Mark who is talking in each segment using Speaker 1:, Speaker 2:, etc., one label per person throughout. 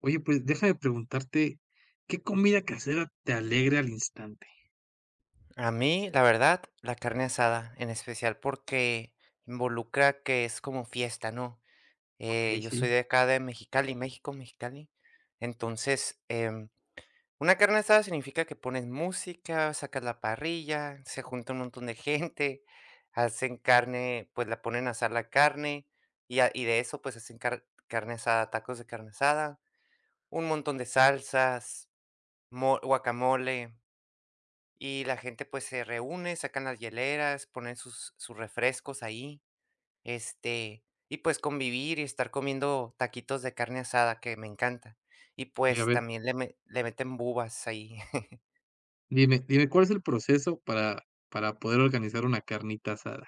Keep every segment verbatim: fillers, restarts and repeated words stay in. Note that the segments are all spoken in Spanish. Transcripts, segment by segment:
Speaker 1: Oye, pues déjame preguntarte, ¿qué comida casera te alegra al instante?
Speaker 2: A mí, la verdad, la carne asada, en especial porque involucra que es como fiesta, ¿no?
Speaker 1: Okey,
Speaker 2: Eh, yo soy
Speaker 1: sí.
Speaker 2: de acá de Mexicali, México, Mexicali. Entonces, em, una carne asada significa que pones música, sacas la parrilla, se junta un montón de gente, hacen carne, pues la ponen a asar la carne y, a- y de eso pues hacen car- carne asada, tacos de carne asada, un montón de salsas, mo- guacamole. Y la gente, pues, se reúne, sacan las hieleras, ponen sus sus refrescos ahí, este, y, pues, convivir y estar comiendo taquitos de carne asada, que me encanta. Y,
Speaker 1: Y a
Speaker 2: pues,
Speaker 1: ver,
Speaker 2: también le me le meten bubas ahí.
Speaker 1: dime dime, ¿cuál es el proceso para para poder organizar una carnita asada?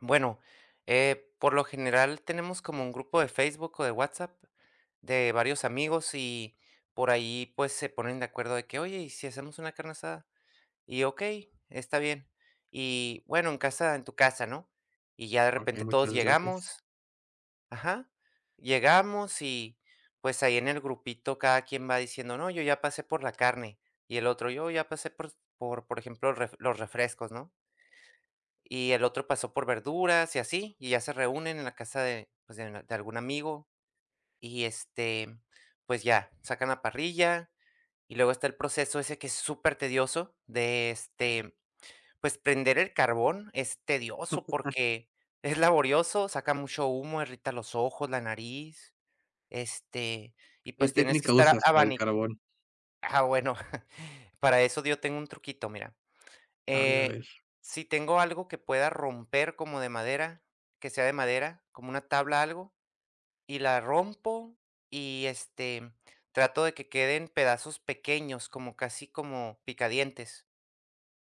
Speaker 2: Bueno, eh, por lo general tenemos como un grupo de Facebook o de WhatsApp de varios amigos y por ahí, pues, se ponen de acuerdo de que: "Oye, ¿y si hacemos una carne asada?". Y okey, está bien. Y bueno, en casa en tu casa, ¿no? Y ya de
Speaker 1: Okey,
Speaker 2: repente todos
Speaker 1: muchas gracias.
Speaker 2: llegamos, ajá, llegamos y, pues, ahí en el grupito cada quien va diciendo: "No, yo ya pasé por la carne", y el otro: "Yo ya pasé por por, por ejemplo, ref los refrescos", ¿no? Y el otro pasó por verduras y así, y ya se reúnen en la casa de, pues, de de algún amigo y, este, pues ya, sacan la parrilla y luego está el proceso ese que es súper tedioso de, este, pues, prender el carbón es tedioso porque es laborioso, saca mucho humo, irrita los ojos, la nariz, este, y,
Speaker 1: ¿Qué
Speaker 2: pues, tienes que
Speaker 1: técnica
Speaker 2: estar
Speaker 1: usas para el
Speaker 2: abani
Speaker 1: carbón?
Speaker 2: ah, bueno, para eso yo tengo un truquito, mira,
Speaker 1: A ver, a
Speaker 2: eh,
Speaker 1: ver.
Speaker 2: si tengo algo que pueda romper como de madera, que sea de madera, como una tabla, algo, y la rompo y, este, trato de que queden pedazos pequeños, como casi como picadientes.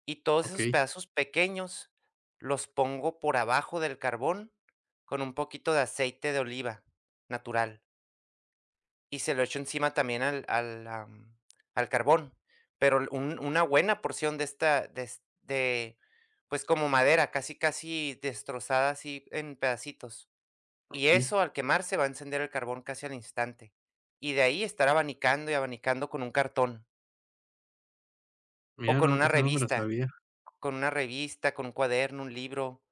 Speaker 2: Y todos esos
Speaker 1: Okey,
Speaker 2: pedazos pequeños los pongo por abajo del carbón con un poquito de aceite de oliva natural y se lo echo encima también al al, am, al carbón, pero l- un una buena porción de esta de es de, pues, como madera, casi, casi destrozada así en pedacitos. Y
Speaker 1: okey.
Speaker 2: eso al quemarse va a encender el carbón casi al instante. Y de ahí estar abanicando y abanicando con un cartón o
Speaker 1: Mira,
Speaker 2: con
Speaker 1: no,
Speaker 2: una
Speaker 1: eso no me la
Speaker 2: revista,
Speaker 1: sabía.
Speaker 2: con una revista, con un cuaderno, un libro.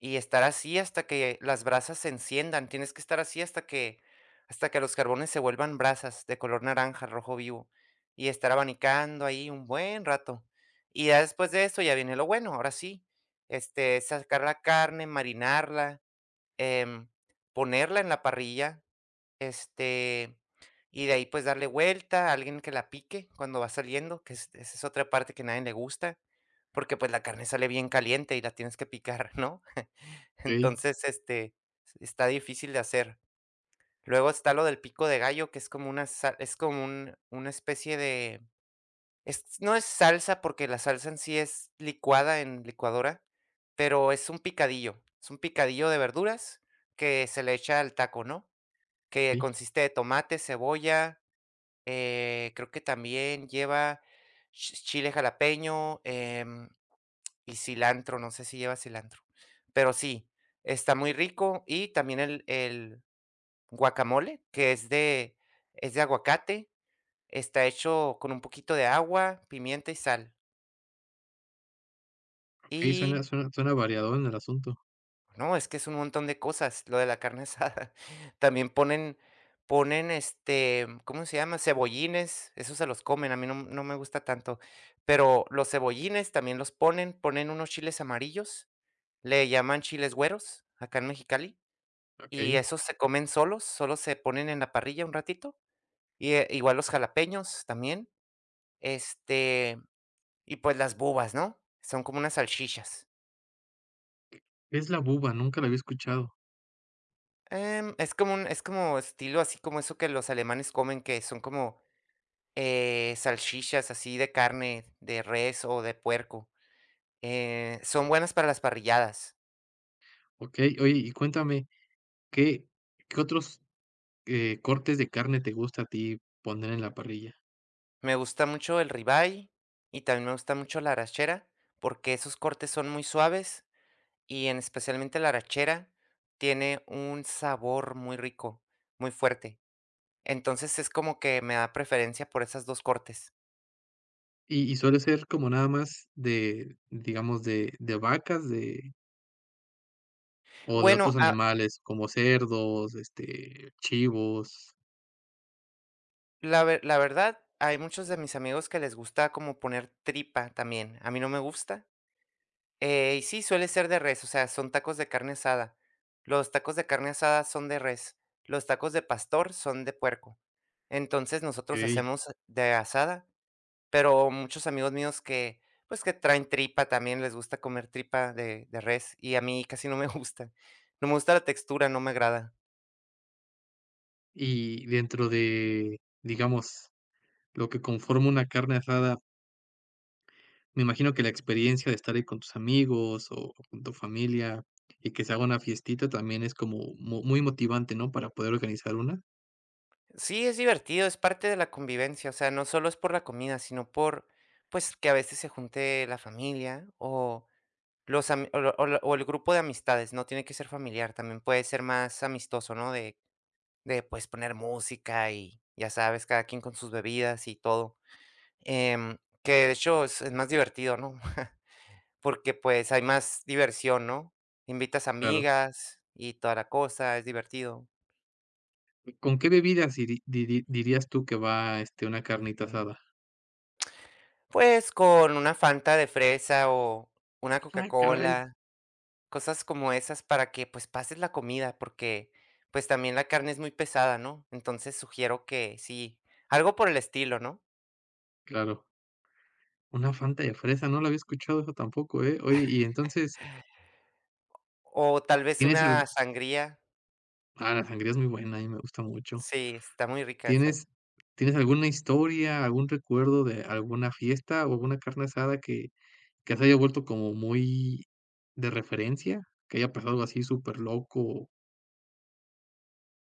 Speaker 2: Y estar así hasta que las brasas se enciendan. Tienes que estar así hasta que hasta que los carbones se vuelvan brasas de color naranja, rojo vivo, y estar abanicando ahí un buen rato. Y ya después de eso ya viene lo bueno, ahora sí, este, sacar la carne, marinarla, em, ponerla en la parrilla, este, y de ahí pues darle vuelta a alguien que la pique cuando va saliendo, que es- esa es otra parte que a nadie le gusta, porque pues la carne sale bien caliente y la tienes que picar, ¿no?
Speaker 1: Okey,
Speaker 2: Entonces, este, está difícil de hacer. Luego está lo del pico de gallo, que es como una sa es como un una especie de, es no es salsa, porque la salsa en sí es licuada en licuadora, pero es un picadillo, es un picadillo de verduras que se le echa al taco, ¿no? Que
Speaker 1: okey,
Speaker 2: consiste de tomate, cebolla, eh, creo que también lleva ch chile jalapeño, em, y cilantro, no sé si lleva cilantro, pero sí, está muy rico y también el el guacamole, que es de, es de aguacate, está hecho con un poquito de agua, pimienta y sal.
Speaker 1: okey,
Speaker 2: Y
Speaker 1: suena suena suena variado en el asunto.
Speaker 2: no, es que es un montón de cosas lo de la carne asada. También ponen ponen, este, ¿cómo se llama? Cebollines, esos se los comen, a mí no no me gusta tanto, pero los cebollines también los ponen, ponen unos chiles amarillos, le llaman chiles güeros acá en Mexicali. Y
Speaker 1: Okey.
Speaker 2: esos se comen solos, solo se ponen en la parrilla un ratito, y, eh, igual los jalapeños también, este, y pues las bubas, ¿no? Son como unas salchichas.
Speaker 1: ¿Es la buba? Nunca la había escuchado.
Speaker 2: Em, es como un, es como estilo así como eso que los alemanes comen, que son como, eh, salchichas así de carne de res o de puerco, eh, son buenas para las parrilladas.
Speaker 1: Okey, oye, y cuéntame, ¿qué qué otros, eh, cortes de carne te gusta a ti poner en la parrilla?
Speaker 2: Me gusta mucho el ribeye y también me gusta mucho la arrachera, porque esos cortes son muy suaves y en especialmente la arrachera tiene un sabor muy rico, muy fuerte. Entonces es como que me da preferencia por esas dos cortes.
Speaker 1: Y y suele ser como nada más de, digamos, de de vacas, de o de
Speaker 2: Bueno,
Speaker 1: otros
Speaker 2: ah,
Speaker 1: animales, como cerdos, este, chivos,
Speaker 2: la ver la verdad, hay muchos de mis amigos que les gusta como poner tripa también, a mí no me gusta. Eh, y sí, suele ser de res, o sea, son tacos de carne asada. Los tacos de carne asada son de res, los tacos de pastor son de puerco. Entonces, nosotros
Speaker 1: okey.
Speaker 2: hacemos de asada. Pero muchos amigos míos que, pues, que traen tripa también, les gusta comer tripa de de res, y a mí casi no me gusta. No me gusta la textura, no me agrada.
Speaker 1: Y dentro de, digamos, lo que conforma una carne asada, me imagino que la experiencia de estar ahí con tus amigos o con tu familia y que se haga una fiestita también es como mu muy motivante, ¿no?, para poder organizar una.
Speaker 2: Sí, es divertido, es parte de la convivencia, o sea, no solo es por la comida, sino por, pues, que a veces se junte la familia o los ami o lo o lo o el grupo de amistades, no tiene que ser familiar, también puede ser más amistoso, ¿no? De de, pues, poner música y, ya sabes, cada quien con sus bebidas y todo. Em, que de hecho es es más divertido, ¿no? Porque, pues, hay más diversión, ¿no? Invitas
Speaker 1: Claro.
Speaker 2: amigas y toda la cosa, es divertido.
Speaker 1: ¿Con qué bebidas diri diri dirías tú que va, este, una carnita
Speaker 2: Ujú.
Speaker 1: asada?
Speaker 2: Pues, con una Fanta de fresa o una
Speaker 1: Ah, caray.
Speaker 2: Coca-Cola, cosas como esas para que, pues, pases la comida, porque, pues, también la carne es muy pesada, ¿no? Entonces, sugiero que sí, algo por el estilo, ¿no?
Speaker 1: Claro. Una Fanta de fresa, no la había escuchado eso tampoco, ¿eh? Oye, y entonces,
Speaker 2: O tal vez
Speaker 1: ¿tienes
Speaker 2: una
Speaker 1: al
Speaker 2: sangría.
Speaker 1: ah, la sangría es muy buena, a mí me gusta mucho.
Speaker 2: Sí, está muy rica esa.
Speaker 1: ¿Tienes tienes alguna historia, algún recuerdo de alguna fiesta o alguna carne asada que que se haya vuelto como muy de referencia? Que haya pasado algo así superloco,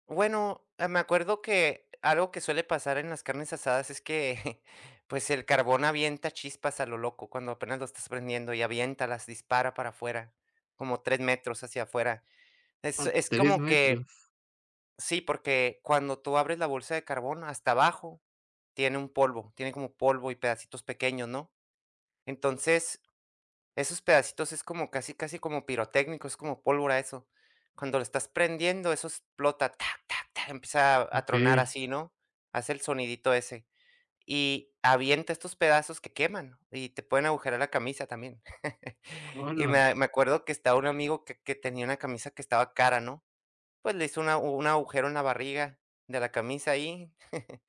Speaker 2: Bueno, eh, me acuerdo que algo que suele pasar en las carnes asadas es que, pues, el carbón avienta chispas a lo loco cuando apenas lo estás prendiendo y avienta, las dispara para afuera, como tres metros hacia afuera. Es
Speaker 1: a
Speaker 2: es
Speaker 1: tres
Speaker 2: como que
Speaker 1: metros,
Speaker 2: sí, porque cuando tú abres la bolsa de carbón, hasta abajo tiene un polvo, tiene como polvo y pedacitos pequeños, ¿no? Entonces, esos pedacitos es como casi, casi como pirotécnico, es como pólvora eso. Cuando lo estás prendiendo, eso explota, tac, tac, tac, empieza a a tronar
Speaker 1: okey.
Speaker 2: así, ¿no? Hace el sonidito ese. Y avienta estos pedazos que queman y te pueden agujerar la camisa también. Y
Speaker 1: ¡Hala!
Speaker 2: me me acuerdo que estaba un amigo que que tenía una camisa que estaba cara, ¿no? Pues le hizo una un agujero en la barriga de la camisa ahí,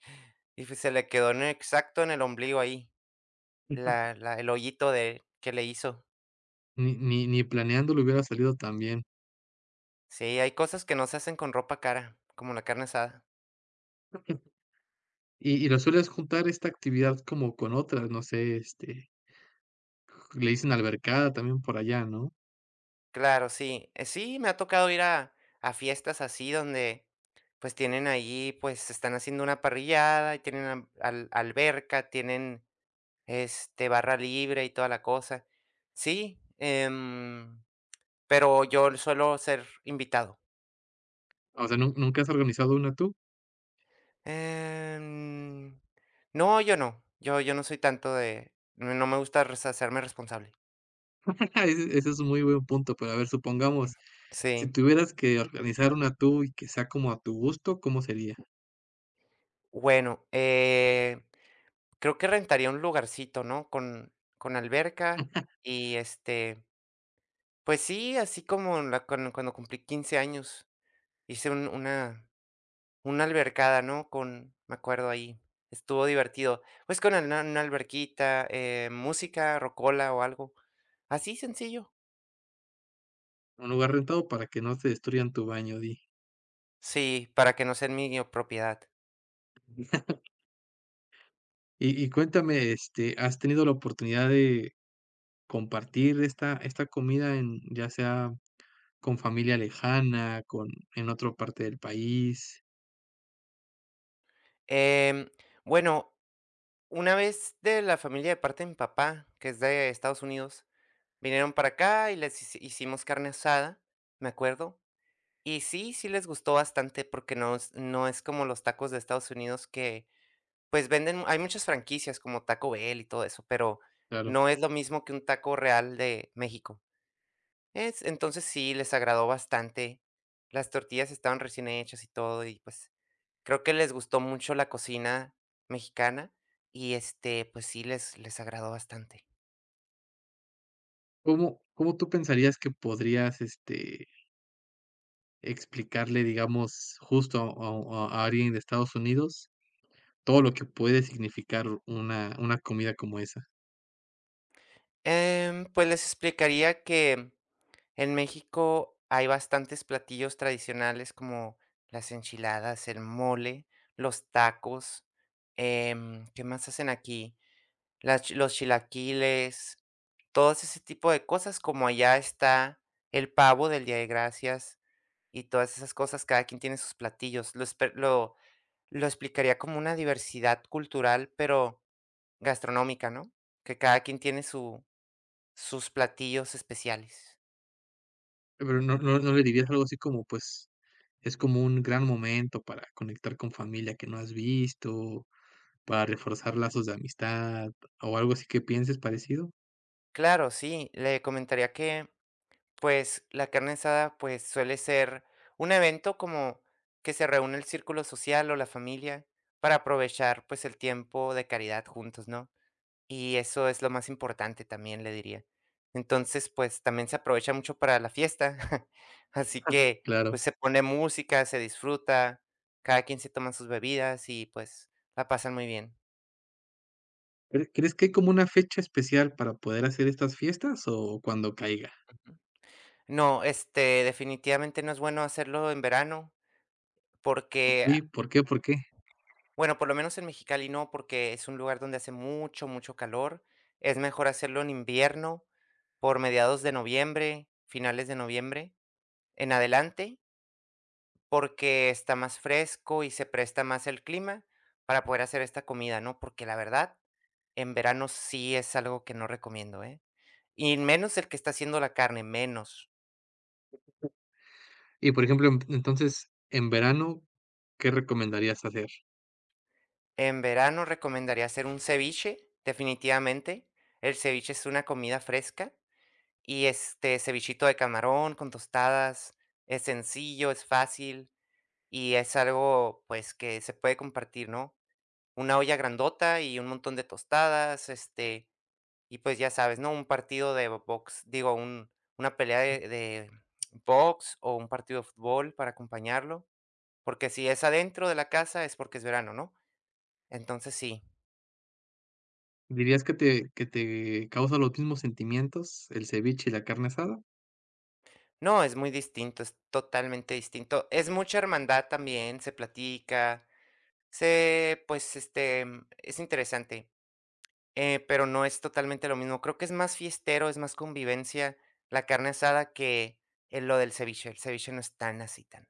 Speaker 2: y pues se le quedó en el- exacto en el ombligo ahí, la la el hoyito de que le hizo.
Speaker 1: Ni ni ni planeándolo hubiera salido tan bien.
Speaker 2: Sí, hay cosas que no se hacen con ropa cara, como la carne asada.
Speaker 1: Y y lo sueles juntar esta actividad como con otras, no sé, este, le dicen albercada también por allá, ¿no?
Speaker 2: Claro, sí. Eh, sí, me ha tocado ir a a fiestas así donde, pues, tienen ahí, pues, están haciendo una parrillada y tienen am al alberca, tienen, este, barra libre y toda la cosa. Sí, em, pero yo suelo ser invitado.
Speaker 1: O sea, ¿nun nunca has organizado una tú?
Speaker 2: Em, no, yo no. Yo yo no soy tanto de no no me gusta res hacerme responsable.
Speaker 1: Ese ese es un muy buen punto, pero a ver, supongamos, si
Speaker 2: Sí.
Speaker 1: tuvieras que organizar una tú y que sea como a tu gusto, ¿cómo sería?
Speaker 2: Bueno, eh creo que rentaría un lugarcito, ¿no? Con con alberca y, este, pues sí, así como la cuando cuando cumplí quince años, hice un una una albercada, ¿no? Con me acuerdo ahí, estuvo divertido. Pues con una una alberquita, eh, música, rocola o algo, así sencillo.
Speaker 1: Un lugar rentado para que no te destruyan tu baño, di.
Speaker 2: Sí, para que no sea en mi propiedad.
Speaker 1: Y y cuéntame, este, ¿has tenido la oportunidad de compartir esta esta comida en ya sea con familia lejana, con en otra parte del país?
Speaker 2: Em, bueno, una vez de la familia de parte de mi papá, que es de Estados Unidos, vinieron para acá y les hici hicimos carne asada, me acuerdo. Y sí, sí les gustó bastante porque no es no es como los tacos de Estados Unidos que, pues, venden, hay muchas franquicias como Taco Bell y todo eso, pero
Speaker 1: Claro.
Speaker 2: no es lo mismo que un taco real de México. Es entonces sí, les agradó bastante. Las tortillas estaban recién hechas y todo, y, pues, creo que les gustó mucho la cocina mexicana y, este, pues sí, les les agradó bastante.
Speaker 1: ¿Cómo cómo tú pensarías que podrías, este, explicarle, digamos, justo a a a alguien de Estados Unidos, todo lo que puede significar una una comida como esa.
Speaker 2: Em, pues, les explicaría que en México hay bastantes platillos tradicionales como las enchiladas, el mole, los tacos, em, ¿qué más hacen aquí? Las chi- los chilaquiles, todos ese tipo de cosas, como allá está el pavo del Día de Gracias y todas esas cosas, cada quien tiene sus platillos. Lo, espe- lo, lo explicaría como una diversidad cultural, pero gastronómica, ¿no? Que cada quien tiene su, sus platillos especiales.
Speaker 1: Pero, ¿no no no le dirías algo así como, pues, es como un gran momento para conectar con familia que no has visto, para reforzar lazos de amistad, o algo así que pienses parecido?
Speaker 2: Claro, sí, le comentaría que, pues, la carne asada, pues, suele ser un evento como que se reúne el círculo social o la familia para aprovechar, pues, el tiempo de caridad juntos, ¿no? Y eso es lo más importante también, le diría. Entonces, pues, también se aprovecha mucho para la fiesta, así que,
Speaker 1: Claro.
Speaker 2: pues, se pone música, se disfruta, cada quien se toma sus bebidas y, pues, la pasan muy bien.
Speaker 1: ¿Cre crees que hay como una fecha especial para poder hacer estas fiestas o cuando caiga?
Speaker 2: No, este, definitivamente no es bueno hacerlo en verano porque
Speaker 1: Sí, ¿por qué? ¿Por qué?
Speaker 2: bueno, por lo menos en Mexicali no, porque es un lugar donde hace mucho, mucho calor. Es mejor hacerlo en invierno, por mediados de noviembre, finales de noviembre en adelante, porque está más fresco y se presta más el clima para poder hacer esta comida, ¿no? Porque la verdad, en verano sí es algo que no recomiendo, ¿eh? Y menos el que está haciendo la carne, menos.
Speaker 1: Y, por ejemplo, en entonces, en verano, ¿qué recomendarías hacer?
Speaker 2: En verano recomendaría hacer un ceviche, definitivamente. El ceviche es una comida fresca y, este, cevichito de camarón con tostadas, es sencillo, es fácil y es algo, pues, que se puede compartir, ¿no? Una olla grandota y un montón de tostadas, este, y, pues, ya sabes, ¿no? Un partido de box, digo, un una pelea de de box o un partido de fútbol para acompañarlo, porque si es adentro de la casa es porque es verano, ¿no? Entonces sí.
Speaker 1: ¿Dirías que te que te causa los mismos sentimientos el ceviche y la carne asada?
Speaker 2: No, es muy distinto, es totalmente distinto. Es mucha hermandad también, se platica, se pues, este, es interesante, eh, pero no es totalmente lo mismo. Creo que es más fiestero, es más convivencia la carne asada que, eh, lo del ceviche. El ceviche no es tan así, tan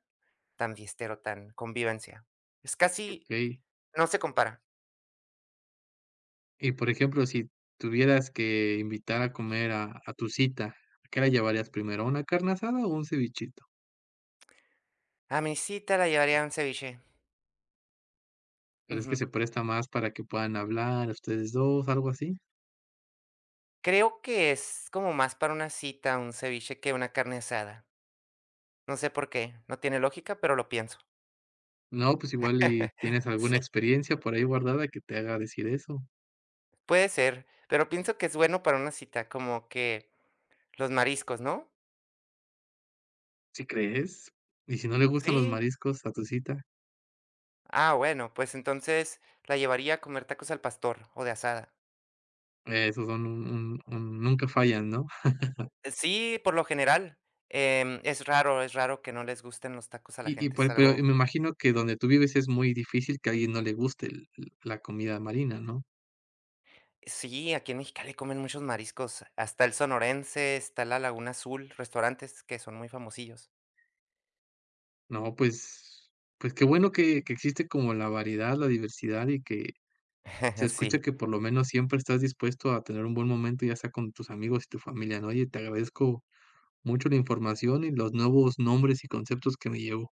Speaker 2: tan fiestero, tan convivencia. Es casi
Speaker 1: Okey.
Speaker 2: no se compara.
Speaker 1: Y, por ejemplo, si tuvieras que invitar a comer a a tu cita, ¿a qué la llevarías primero, una carne asada o un cevichito?
Speaker 2: A mi cita la llevaría a un ceviche.
Speaker 1: ¿Crees que
Speaker 2: Ujú.
Speaker 1: se presta más para que puedan hablar ustedes dos algo así?
Speaker 2: Creo que es como más para una cita un ceviche que una carne asada. No sé por qué, no tiene lógica, pero lo pienso.
Speaker 1: No, pues igual y tienes
Speaker 2: Sí,
Speaker 1: alguna experiencia por ahí guardada que te haga decir eso.
Speaker 2: puede ser, pero pienso que es bueno para una cita, como que los mariscos, ¿no?
Speaker 1: ¿Sí crees? ¿Y si no le gustan los
Speaker 2: Sí.
Speaker 1: mariscos a tu cita?
Speaker 2: Ah, bueno, pues entonces la llevaría a comer tacos al pastor o de asada.
Speaker 1: eh, Esos son un un un nunca fallan, ¿no?
Speaker 2: Sí, por lo general. Em, es raro, es raro que no les gusten los tacos a la
Speaker 1: Y y
Speaker 2: gente. Es
Speaker 1: por pero
Speaker 2: algo
Speaker 1: me imagino que donde tú vives es muy difícil que a alguien no le guste el la comida marina, ¿no?
Speaker 2: sí, aquí en Mexicali comen muchos mariscos. Hasta el Sonorense, está la Laguna Azul, restaurantes que son muy famosillos.
Speaker 1: No, pues pues qué bueno que que existe como la variedad, la diversidad y que se escucha
Speaker 2: Sí.
Speaker 1: que por lo menos siempre estás dispuesto a tener un buen momento, ya sea con tus amigos y tu familia, ¿no? Oye, te agradezco mucho la información y los nuevos nombres y conceptos que me llevo.